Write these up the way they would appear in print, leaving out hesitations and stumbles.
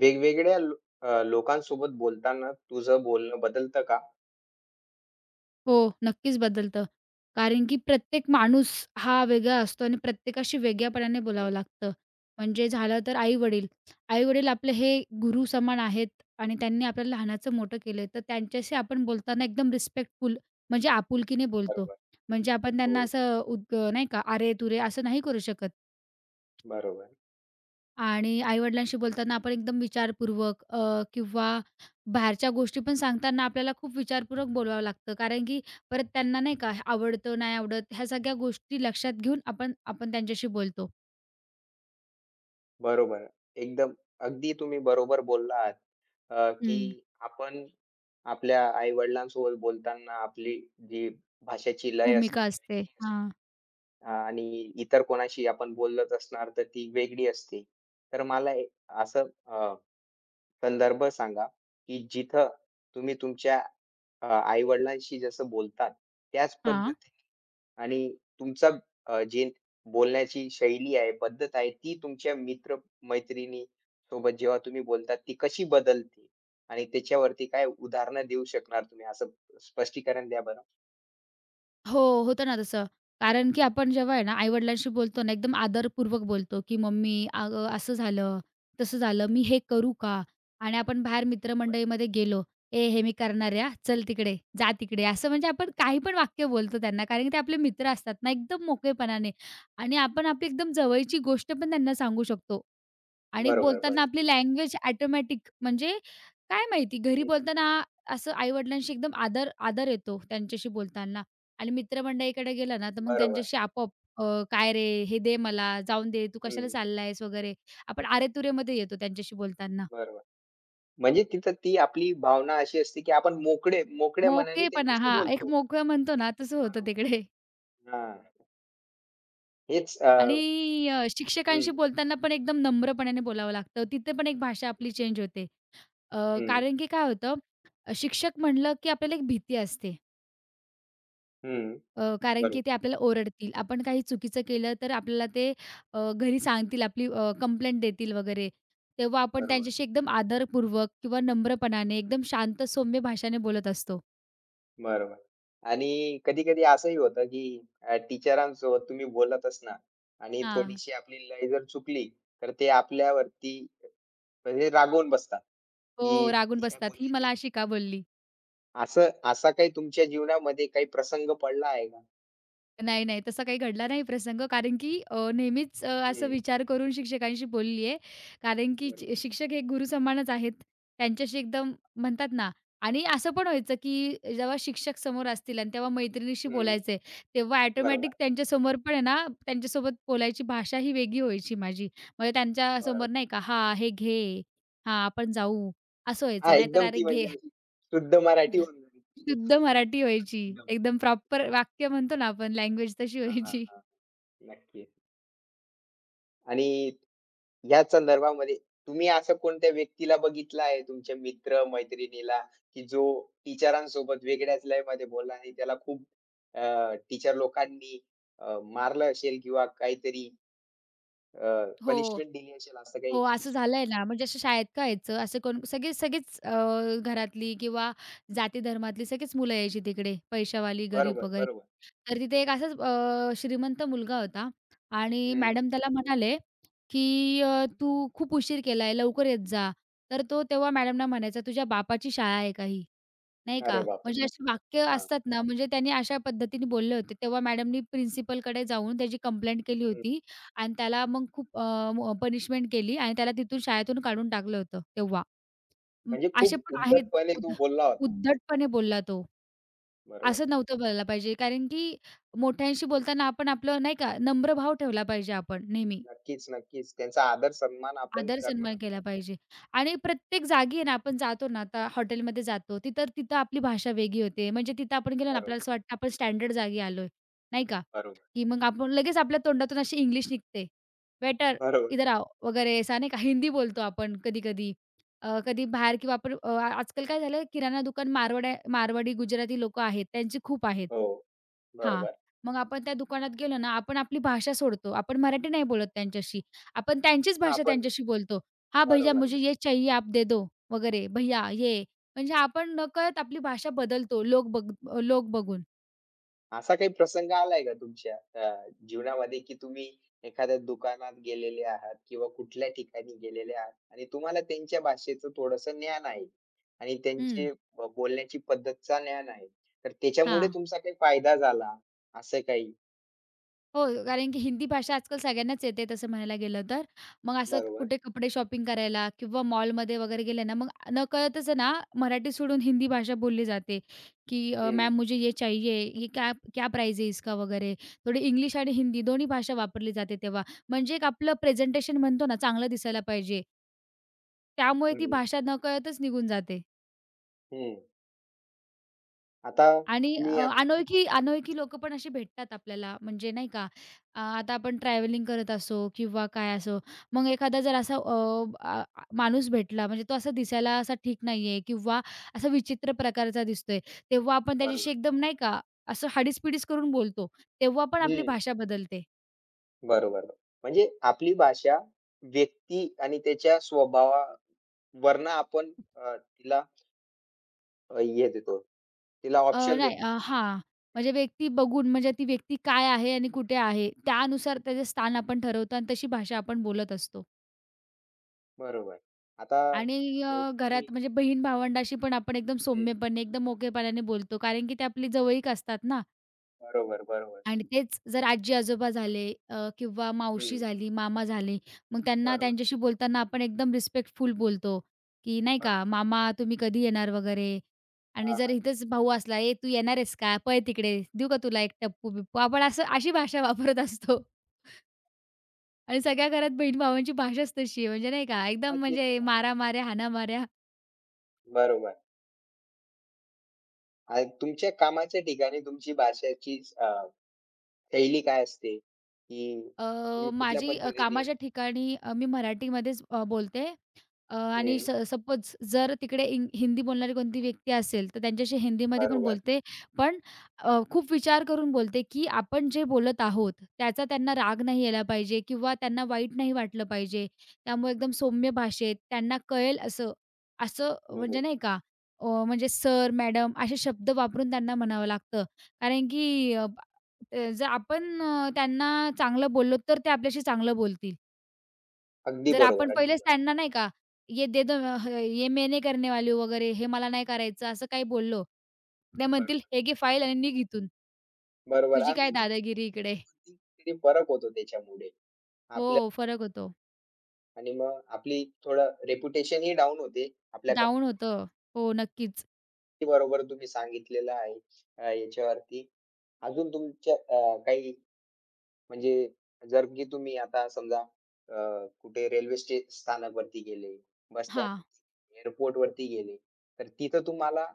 वेगवेगळ्या लोकांसोबत बोलताना तुझं बोलणं बदलतं का? हो, नक्कीच बदलतं. कारण की प्रत्येक माणूस हा वेगळा असतो आणि प्रत्येकाशी वेगळ्यापणाने बोलावं हं, लागतं. म्हणजे झालं तर आई-वडील. आई-वडील आपले हे गुरु समान आहेत आणि त्यांनी आपल्याला लहानाचं मोठं केलंय, तर त्यांच्याशी आपण बोलताना एकदम रिस्पेक्टफुल म्हणजे आपुलकीने बोलतो. बरोबर. म्हणजे आपण हो, त्यांना असं उद्ग नाही का, अरे-तुरे असं नाही करू शकत. बरोबर. आणि आई-वडिलांशी बोलताना आपण एकदम विचारपूर्वक किंवा बाहेरच्या गोष्टी पण सांगताना आपल्याला खूप विचारपूर्वक बोलावं लागतं. कारण की परत त्यांना नाही का आवडतं, नाही आवडत ह्या सगळ्या गोष्टी लक्षात घेऊन आपण आपण त्यांच्याशी बोलतो. बरोबर. एकदम अगदी तुम्ही बरोबर बोलला आहात, की हं. आपण आपल्या आई-वडिलांसोबत बोलताना आपली जी भाषेची लय असते भूमिका ती असते. वेगळी असते. हां. आणि इतर कोणाशी आपण बोलत असणार तर ती वेगळी असते. तर मला असं संदर्भ सांगा, की जिथं तुम्ही तुमच्या आई-वडिलांशी जसं बोलतात त्याच हां. पद्धतीने आणि तुमचा जे बोलण्याची शैली आहे, पद्धत आहे, ती तुमच्या मित्र-मैत्रिणी सोबत जेव्हा तुम्ही बोलतात ती कशी बदलते? आणि त्याच्यावरती काय उदाहरणं देऊ शकणार तुम्ही असं स्पष्टीकरण द्या बरं? हो, होतं ना तसं. कारण की आपण जेव्हा आहे ना, आई-वडिलांशी बोलतो ना, एकदम आदरपूर्वक बोलतो, की "मम्मी अगं असं झालं, तसं झालं, मी हे करू का?" आणि आपण बाहेर मित्रमंडळीमध्ये गेलो, "ए, हे मी करणार आहे हां, चल तिकडे, जा तिकडे." असं म्हणजे आपण काही पण वाक्य बोलतो त्यांना, कारण की ते आपले मित्र असतात ना, एकदम मोकळेपणाने आणि आपण आपली एकदम जवळची गोष्ट पण त्यांना सांगू शकतो. आणि बरोबर, बोलताना बरोबर. आपली लँग्वेज ऑटोमॅटिक म्हणजे काय माहिती घरी हं, बोलताना असं आई-वडिलांशी एकदम आदर आदर येतो त्यांच्याशी बोलताना आणि मित्रमंडळीकडे गेला ना, तर मग बरोबर. त्यांच्याशी आपोआप अ, "काय रे? हे दे मला, जाऊन दे, तू हं, कशाला चालला आहेस?" वगैरे. आपण अरे-तुरेमध्ये येतो त्यांच्याशी बोलताना. बरोबर. म्हणजे तिथं ती आपली भावना अशी असते, की आपण मोकळे मोकळ्या मनाने मोकळेपणा त्यांच्याशी हां, एक बोलतो. मोकळं म्हणतो ना, तसं होतं बरोबर. तिकडे. हां. हेच अ, आणि शिक्षकांशी हं, बोलताना पण एकदम नम्रपणाने बोलावं लागतं. तिथे पण एक भाषा आपली चेंज होते. अ, हं, कारण की काय होतं, शिक्षक म्हणलं की आपल्याला एक भीती असते. हं. कारण की बरोबर, ते आपल्याला ओरडतील. आपण काही चुकीचं केलं तर आपल्याला ते घरी सांगतील, आपली कंप्लेंट देतील वगैरे. तेव्हा आपण बरोबर, त्यांच्याशी एकदम आदरपूर्वक किंवा नम्रपणाने एकदम शांत सौम्य भाषाने बोलत असतो. बरोबर. आणि कधी-कधी असंही होतं, की टीचरांसोबत तुम्ही बोलत असणार आणि हां. थोडीशी आपली लय जर चुकली, तर ते आपल्यावरती म्हणजे रागवून बसतात, की हो, रागून ही काय बसतात. ही बोलायची मला अशी का बोलली? असा काही तुमच्या जीवनामध्ये काही प्रसंग पडला आहे का? नाही, नाही. तसा काही घडला नाही प्रसंग कारण की नेहमीच असं हं, विचार करून शिक्षकांशी बोलली आहे. कारण की बरोबर. शिक्षक हे गुरुसमानच आहेत. त्यांच्याशी एकदम म्हणतात ना आणि असं पण व्हायचं की जेव्हा शिक्षक समोर असतील आणि तेव्हा मैत्रिणीशी हं, बोलायचं तेव्हा बरोबर, ऑटोमॅटिक त्यांच्यासमोर पण आहे ना, त्यांच्यासोबत बोलायची भाषा ही वेगळी व्हायची माझी. म्हणजे बरोबर. त्यांच्यासमोर नाही का, "हां, हे घे. हां, आपण जाऊ." असं हां, व्हायचं. नाहीतर एकदम "अरे ती घे." म्हणजे अशी शुद्ध मराठी होऊन जाईल शुद्ध टीचर मराठी व्हायची. एकदम. एकदम प्रॉपर वाक्य म्हणतो ना आपण लँग्वेज तशी हां, व्हायची. हां, नक्की. आणि ह्याच संदर्भामध्ये तुम्ही असं कोणत्या व्यक्तीला बघितलं आहे तुमच्या मित्र-मैत्रिणीला, की जो टीचरांसोबत वेगळ्याच लयमध्ये बोलला आणि त्याला खूप टीचर लोकांनी मारलं असेल किंवा काहीतरी अ, हो. पनिशमेंट दिली असेल असं काही? हो, असं झालंय ना, म्हणजे असं शाळेत का यायचं, असं कोण सगळे सगळीच घरातली किंवा जाती-धर्मातली सगळीच मुलं यायची तिकडे, पैशावाली, गरीब बरोबर, वगैरे. बरोबर. तर तिथे एक असाच श्रीमंत मुलगा होता आणि हं. मॅडम त्याला म्हणाले, की "तू खूप उशीर केलाय, लवकर येत जा." तर तो तेव्हा मॅडमना म्हणायचा, "तुझ्या बापाची शाळा आहे का ही?" नाही का? अरे बापरे! म्हणजे अशी वाक्य हां. असतात ना, म्हणजे त्यांनी अशा पद्धतीने बोलले होते. तेव्हा मॅडमनी प्रिन्सिपलकडे जाऊन त्याची कंप्लेंट केली हं. होती आणि त्याला मग खूप अ, म पनिशमेंट केली आणि त्याला तिथून शाळेतून काढून टाकलं होतं तेव्हा. अं, म्हणजे असे खूप पण आहेत उद्धटपणे उद्ध तू बोलला होता. उद्धटपणे बोलला तो. बरोबर. असं नव्हतं बोलायला पाहिजे कारण की मोठ्यांशी बोलताना आपण आपलं नाही का, नम्र भाव ठेवला पाहिजे आपण नेहमी. नक्कीच, नक्कीच. त्यांचा आदर सन्मान आपण आदर सन्मान करणार. केला पाहिजे आणि प्रत्येक जागी आहे ना, आपण जातो ना, आता हॉटेलमध्ये जातो, तिथं तिथं आपली भाषा वेगळी होते. म्हणजे तिथं आपण गेलो ना, आपल्याला बरोबर, असं वाटतं आपण स्टँडर्ड जागी आलोय, नाही का? बरोबर, की मग आपण लगेच आपल्या तोंडातून अशी इंग्लिश निघते. वेटर, बरोबर. इधर आओ वगैरे असा नाही का हिंदी बोलतो आपण कधी-कधी. कधी बाहेर किंवा आपण आजकाल काय झालंय किराणा दुकान मारवाडी, गुजराती लोकं आहेत, त्यांची खूप आहेत. हो, हां, बरोबर. मग आपण त्या दुकानात गेलो ना, आपण आपली भाषा सोडतो. आपण मराठी नाही बोलत त्यांच्याशी. आपण त्यांचीच हां, भाषा आपण त्यांच्याशी बोलतो. "हाँ भैय्या मुझे बरोबर. ये चाहिए आप दे दो" वगैरे "भैय्या ये." म्हणजे आपण नकळत आपली भाषा बदलतो लोक बघून. असा काही प्रसंग आलाय का तुमच्या अ, जीवनामध्ये, की तुम्ही एखाद्या दुकानात गेलेले आहात किंवा कुठल्या ठिकाणी गेलेले आहात आणि तुम्हाला त्यांच्या भाषेचं थोडंसं ज्ञान आहे आणि हं, त्यांची बोलण्याची पद्धतीचा ज्ञान आहे. तर त्याच्यामुळे हां. तुमचा काही फायदा झाला, असं काही? हो, कारण की हिंदी भाषा आजकाल सगळ्यांनाच येते तसं म्हणायला गेलं तर. मग असं बरोबर. कुठे कपडे शॉपिंग करायला किंवा मॉलमध्ये वगैरे गेले ना, मग नकळतच आहे ना, मराठी सोडून हिंदी भाषा बोलली जाते, की हं, "मैम मुझे ये चाहिए, ये क्या क्या प्राइस है इसका?" वगैरे. थोडी इंग्लिश आणि हिंदी दोन्ही भाषा वापरली जाते तेव्हा. म्हणजे एक आपलं प्रेझेंटेशन म्हणतो ना, चांगलं दिसायला पाहिजे. त्यामुळे ती बरोबर. भाषा नकळतच निघून जाते. हं. आता आणि तुम्ही आता तुम्ही अनोळखी अनोळखी लोकं पण अशी भेटतात आपल्याला म्हणजे नाही का आता आपण ट्रॅव्हलिंग करत असो किंवा काय असो, मग एखादा जर असा माणूस भेटला म्हणजे तो असा दिसायला असा ठीक नाहीये किंवा असा विचित्र प्रकारचा दिसतोय, तेव्हा आपण त्याच्याशी बरोबर. एकदम नाही का असं हाडीस करून बोलतो, तेव्हा पण आपली हं. भाषा बदलते. बरोबर. म्हणजे आपली भाषा व्यक्ती आणि त्याच्या स्वभावावरनं आपण तिला हे देतो. तिला ऑप्शन नाही देतो, की हां, म्हणजे हं, व्यक्ती बघून म्हणजे ती व्यक्ती काय आहे आणि कुठे आहे, त्यानुसार त्याचं स्थान आपण ठरवतो आणि तशी भाषा आपण बोलत असतो. बरोबर. आता आणि तुम्ही घरात म्हणजे बहीण-भावंडाशी पण आपण एकदम हं, सौम्यपणे, एकदम मोकेपणाने बोलतो. कारण की ते आपली जवळीक असतात ना बरोबर, बरोबर. आणि तेच जर आजी-आजोबा झाले किंवा हं, मावशी झाली, मामा झाले, मग त्यांना बरोबर, त्यांच्याशी बोलताना आपण एकदम रिस्पेक्टफुल बोलतो, की नाही का, बरोबर. "मामा, तुम्ही कधी येणार?" वगैरे. आणि हां, जर हां, हां. इथेच भाऊ असला, "ए, तू येणार आहेस का? पळ तिकडे. देऊ का तुला एक टप्पू-बिप्पू?" आपण असं अशी भाषा वापरत असतो आणि सगळ्या घरात बहीण-भावांची भाषाच तशी आहे. म्हणजे नाही का, एकदम हां, ते म्हणजे पण आहे. मारामाऱ्या, हाणामाऱ्या बरोबर आणि तुमच्या कामाच्या ठिकाणी तुमची भाषेची शैली काय असते? की तुम्ही कुठल्या माझी पद्धतीने कामाच्या ठिकाणी मी मराठीमध्येच बोलते आणि हं, सपोज जर तिकडे हिंदी बोलणारी कोणती व्यक्ती असेल, तर त्यांच्याशी हिंदीमध्ये पण बरोबर, बोलते. पण खूप विचार करून बोलते, की आपण जे बोलत आहोत, त्याचा त्यांना राग नाही यायला पाहिजे किंवा त्यांना वाईट नाही वाटलं पाहिजे. त्यामुळे एकदम सौम्य भाषेत त्यांना कळेल असं, असं बरोबर. म्हणजे नाही का म्हणजे सर, मॅडम असे शब्द वापरून त्यांना म्हणावं लागतं. कारण की जर आपण त्यांना चांगलं बोललो, तर ते आपल्याशी चांगलं बोलतील. अगदी जर आपण बरोबर, अगदी पहिलेच त्यांना नाही का, "ये दे दो ह ये मैं नहीं करने वाली हूँ" वगैरे, "हे मला नाही करायचं" असं काही बोललो, ते म्हणतील, बरोबर. "हे घे फाईल आणि निघ इथून. बरोबर तुझी आणि काय म्हणजे दादागिरी इकडे." किती फरक होतो त्याच्यामुळे. हो, आपल्या फरक होतो. आणि मग आपली थोडं रेप्युटेशनही डाउन होते. आपल्या डाउन होतं. हो, नक्कीच. अगदी बरोबर तुम्ही सांगितलेलं आहे. याच्यावरती अजून तुमच्या काही म्हणजे जर की तुम्ही आता समजा अ, कुठे रेल्वे स्थानकवरती गेले, बस स्टँड हां. एअरपोर्टवरती गेले, तर तिथं तुम्हाला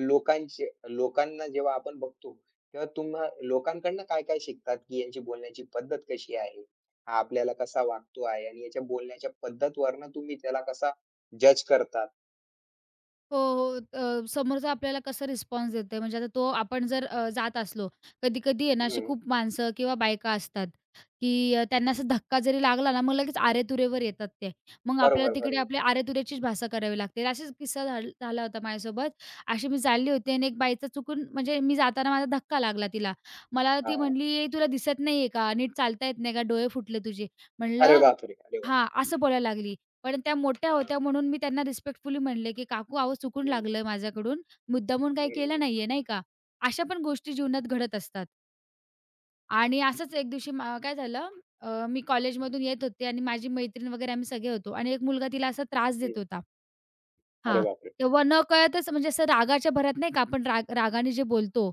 लोकांना जेव्हा आपण बघतो, तेव्हा तुम्हा लोकांकडनं काय-काय शिकतात, की यांची बोलण्याची पद्धत कशी आहे? हा आपल्याला कसा वागतो आहे आणि याच्या बोलण्याच्या पद्धतवरनं तुम्ही त्याला कसा जज करतात. हो, हो. समोरचा आपल्याला कसा रिस्पॉन्स देतोय म्हणजे आता तो आपण जर जात असलो, कधी-कधी आहे ना अशी हं. खूप माणसं किंवा बायका असतात, की त्यांना असा धक्का जरी लागला ना, मग लगेच आरे-तुरेवर येतात ते. मग आपल्याला बरोबर, तिकडे बरोबर. आपली आरे-तुरेचीच भाषा करावी लागते. असाच किस्सा झाला होता माझ्यासोबत. अशी मी चालली होती आणि एक बाईचा चुकून म्हणजे मी जाताना माझा धक्का लागला तिला. मला ती हां. म्हणली, "ए, "तुला दिसत नाहीये का? नीट चालता येत नाही का? डोळे फुटले तुझे." अरे म्हणलं बापरे! अरे हां, असं बोलायला लागली. पण त्या मोठ्या हां. होत्या म्हणून मी त्यांना रिस्पेक्टफुली म्हणले, की "काकू अहो चुकून हं, लागलं माझ्याकडून. मुद्दामून काही हं, केलं नाहीये." नाही का? अशा पण गोष्टी जीवनात घडत असतात. आणि असंच एक दिवशी काय झालं मी कॉलेजमधून येत होते आणि माझी मैत्रीण वगैरे आम्ही सगळे होतो आणि एक मुलगा तिला असा त्रास हं. देत होता. अरे हां, बापरे! तेव्हा नकळतच म्हणजे असं रागाच्या भरात नाही का आपण राग रागाने जे बोलतो,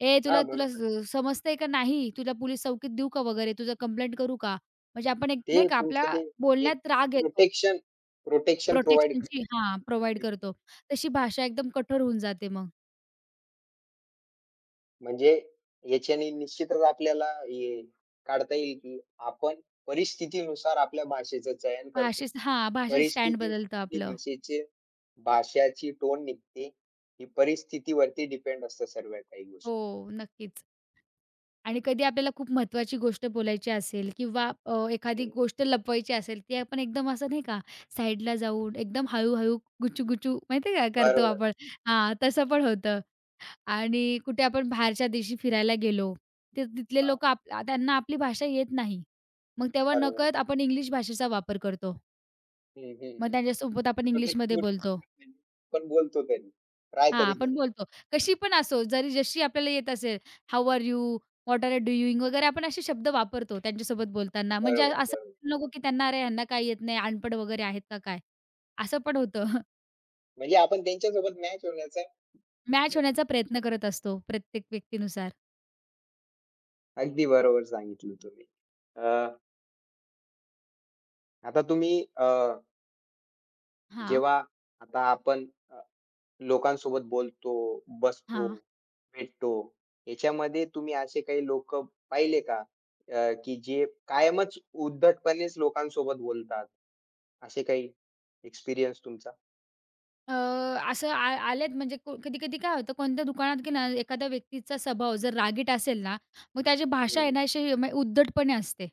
"ए हां, तुला तुला बरोबर. समजतंय का नाही? तुला पोलीस चौकीत देऊ का वगैरे? तुझं कंप्लेंट करू का?" म्हणजे आपण एक ते नाही का तुमचं आपल्या ते एक बोलण्यात राग येतो. प्रोटेक्शन प्रोटेक्शन प्रोव्हाईड करतं. प्रोटेक्शनची हां, प्रोव्हाईड करतो. तशी भाषा एकदम कठोर होऊन जाते मग. म्हणजे याच्याने निश्चितच आपल्याला हे काढता येईल, की आपण परिस्थितीनुसार आपल्या भाषेचं चयन करतो. भाषेचं हां, भाषेचं स्टँड परिस्थितीनुसार बदलतं आपली आपलं. भाषाची टोन निघते. ही परिस्थितीवरती डिपेंड असतं सर्व काही हो, गोष्टी. नक्कीच. आणि कधी आपल्याला खूप महत्त्वाची गोष्ट बोलायची असेल किंवा एखादी हं, गोष्ट लपवायची असेल, ती आपण एकदम असं नाही का साईडला जाऊन एकदम हळू गुचू-गुचू माहिती का करतो बरोबर. आपण. हां, तसं पण होतं. आणि कुठे आपण बाहेरच्या देशी फिरायला गेलो, तर तिथले हां, लोकं आप त्यांना आपली भाषा येत नाही. मग तेव्हा बरोबर. नकळत आपण इंग्लिश भाषेचा वापर करतो. हं, हं, मग हं. त्यांच्यासोबत आपण इंग्लिशमध्ये बोलतो. प्रोटेक्टिव्हिटी पण बोलतो तरी. ट्राय हां, तरी आपण करतो. बोलतो. कशी पण असो, जरी जशी आपल्याला येत असेल, how are you? What are you doing? वगैरे आपण असे शब्द वापरतो त्यांच्यासोबत बोलताना. म्हणजे बरोबर, असं बरोबर. नको की त्यांना अरे ह्यांना काही येत नाही, अनपढ वगैरे आहेत का काय? असं पण होतं. म्हणजे आपण त्यांच्यासोबत मॅच होण्याचा मॅच होण्याचा प्रयत्न करत असतो प्रत्येक व्यक्तीनुसार. अगदी बरोबर सांगितलं तुम्ही. अ, आता तुम्ही अ, हां, जेव्हा आता आपण लोकांसोबत बोलतो, बसतो, हां. भेटतो, याच्यामध्ये तुम्ही असे काही लोकं पाहिले का? की जे कायमच उद्धटपणेच लोकांसोबत बोलतात. असे काही एक्सपिरियन्स तुमचा? अ, असं आलेत म्हणजे कधी-कधी काय होतं कोणत्या दुकानात की ना एखाद्या व्यक्तीचा स्वभाव जर रागीट असेल ना, मग त्याची भाषा हं, आहे ना अशी उद्धटपणे असते.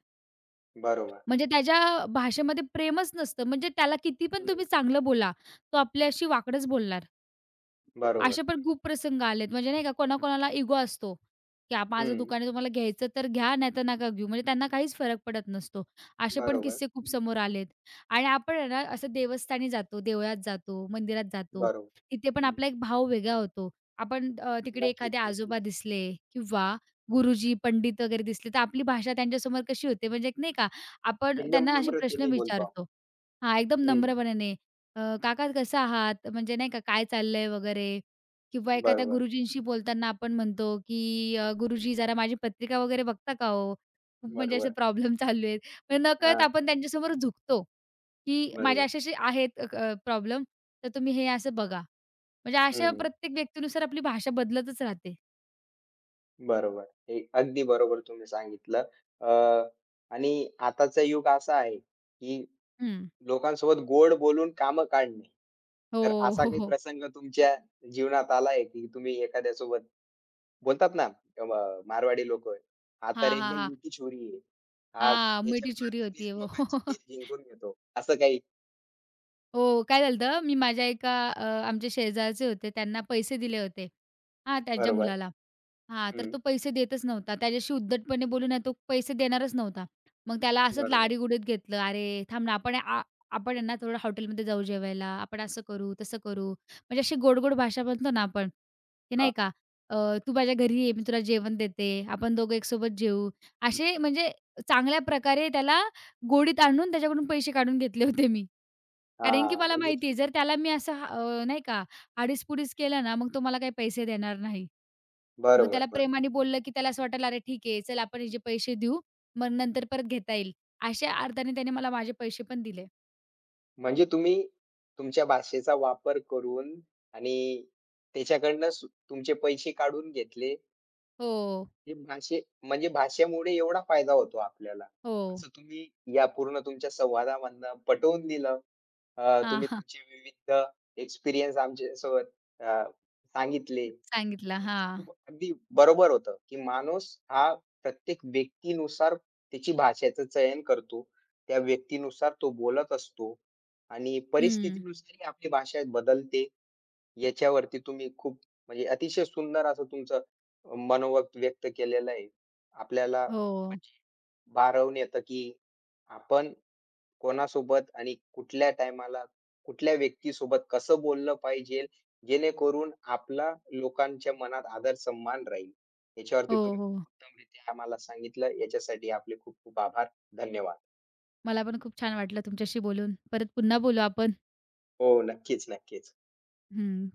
बरोबर. म्हणजे त्याच्या भाषेमध्ये प्रेमच नसतं. म्हणजे त्याला किती पण हं. तुम्ही चांगलं बोला, तो आपल्याशी वाकडंच बोलणार. बरोबर. असे पण खूप प्रसंग आलेत. म्हणजे नाही का कोणाकोणाला इगो असतो, की माझं हं, दुकान आहे तुम्हाला घ्यायचं तर घ्या नाहीतर नका घेऊ. म्हणजे त्यांना काहीच फरक पडत नसतो. असे पण बरोबर, किस्से खूप समोर आलेत. आणि आपण आहे ना असं देवस्थानी जातो, देवळात जातो, मंदिरात जातो. बरोबर. तिथे पण हं, आपला एक भाव वेगळा होतो. आपण तिकडे नक्कीच, एखादे आजोबा नक्कीच. दिसले किंवा गुरुजी, पंडित वगैरे दिसले तर आपली भाषा त्यांच्यासमोर कशी होते म्हणजे एक नाही का आपण एकदम त्यांना असे प्रश्न नम्रतेने बोलतो विचारतो. आपण. हां, एकदम हं, नम्रपणाने. "काका कसं आहात?" म्हणजे नाही का "काय चाललंय?" वगैरे. किंवा एखाद्या बरोबर, गुरुजींशी बोलताना आपण म्हणतो, की "गुरुजी जरा माझी पत्रिका वगैरे बघता का हो? खूप म्हणजे असे बरोबर. प्रॉब्लेम चालू आहेत." म्हणजे नकळत हां, आपण त्यांच्यासमोर झुकतो, की माझे बरोबर. असे-असे आहेत प्रॉब्लेम तर तुम्ही हे असं बघा. म्हणजे अशा हं, प्रत्येक व्यक्तीनुसार आपली भाषा बदलतच राहते. बरोबर. हे अगदी बरोबर तुम्ही सांगितलं. अ, आणि आताचं युग असं आहे, की हं. लोकांसोबत गोड बोलून कामं काढणे. तर हो, असा हो, काही हो. प्रसंग तुमच्या जीवनात आलाय, की तुम्ही एखाद्यासोबत बोलतात ना, अ, मारवाडी लोकं, "हा तर हां, हां, एकदम हां. मिठी छुरी आहे. हा हां, त्याच्या मिठी छुरी होती बातानीच लोकांचे है जिंकून घेतो." असं काही. हो, काय झालं मी माझ्या एका आमचे शेजारचे होते त्यांना पैसे दिले होते. हां, त्यांच्या बरोबर. मुलाला. हां, तर हं, तो पैसे देतच नव्हता. त्याच्याशी उद्धटपणे बोलून आहे तो पैसे देणारच नव्हता. मग त्याला असंच बरोबर. लाडीगुडीत घेतलं. "अरे थांब ना, आपण आहे ना थोडं हॉटेलमध्ये जाऊ जेवायला. आपण असं करू, तसं करू." म्हणजे अशी गोड-गोड भाषा म्हणतो ना आपण, की नाही हां, का, अ, "तू माझ्या घरी ये, मी तुला जेवण देते. आपण दोघं एकसोबत जेवू." असे म्हणजे चांगल्या प्रकारे त्याला गोडीत आणून त्याच्याकडून पैसे काढून घेतले होते मी. कारण की हां. मला म्हणजे माहिती आहे जर त्याला मी असं नाही का आडीसपुडीस केलं ना, मग तो मला काही पैसे देणार नाही. मग बरोबर, त्याला बरोबर. प्रेमाने बोललं, की त्याला असं वाटेल, "अरे ठीक आहे, चल आपण याचे पैसे देऊ, मग नंतर परत घेता येईल." अशा अर्थाने त्याने मला माझे पैसे पण दिले. म्हणजे तुम्ही तुमच्या भाषेचा वापर करून आणि त्याच्याकडनं तुमचे पैसे काढून घेतले. हो, हे म्हणजे भाषेमुळे एवढा फायदा होतो आपल्याला. हो. असं तुम्ही या पूर्ण तुमच्या संवादामधनं पटवून दिलं. हां, तुम्ही हां. तुमचे विविध एक्सपिरियन्स आमच्यासोबत अ, सांगितले. सांगितलं. हां. खूप अगदी बरोबर होतं, की माणूस हा प्रत्येक व्यक्तीनुसार त्याची भाषेचं चयन करतो. त्या व्यक्तीनुसार तो बोलत असतो आणि हं. परिस्थितीनुसारही आपली भाषा बदलते. याच्यावरती तुम्ही खूप म्हणजे अतिशय सुंदर असं तुमचं मनोगत व्यक्त केलेलं आहे. आपल्याला हो, म्हणजे भारावून येतं, की आपण कोणासोबत आणि कुठल्या टायमाला, कुठल्या व्यक्तीसोबत कसं बोललं पाहिजे, जेणेकरून आपला लोकांच्या मनात आदर सन्मान राहील. हो, याच्यावरती तुम्ही हो. खूप उत्तमरित्या आम्हाला सांगितलं. याच्यासाठी आपले खूप खूप आभार. धन्यवाद. मला पण खूप छान वाटलं तुमच्याशी बोलून. परत पुन्हा बोलू आपण. हो, नक्कीच, नक्कीच. हं.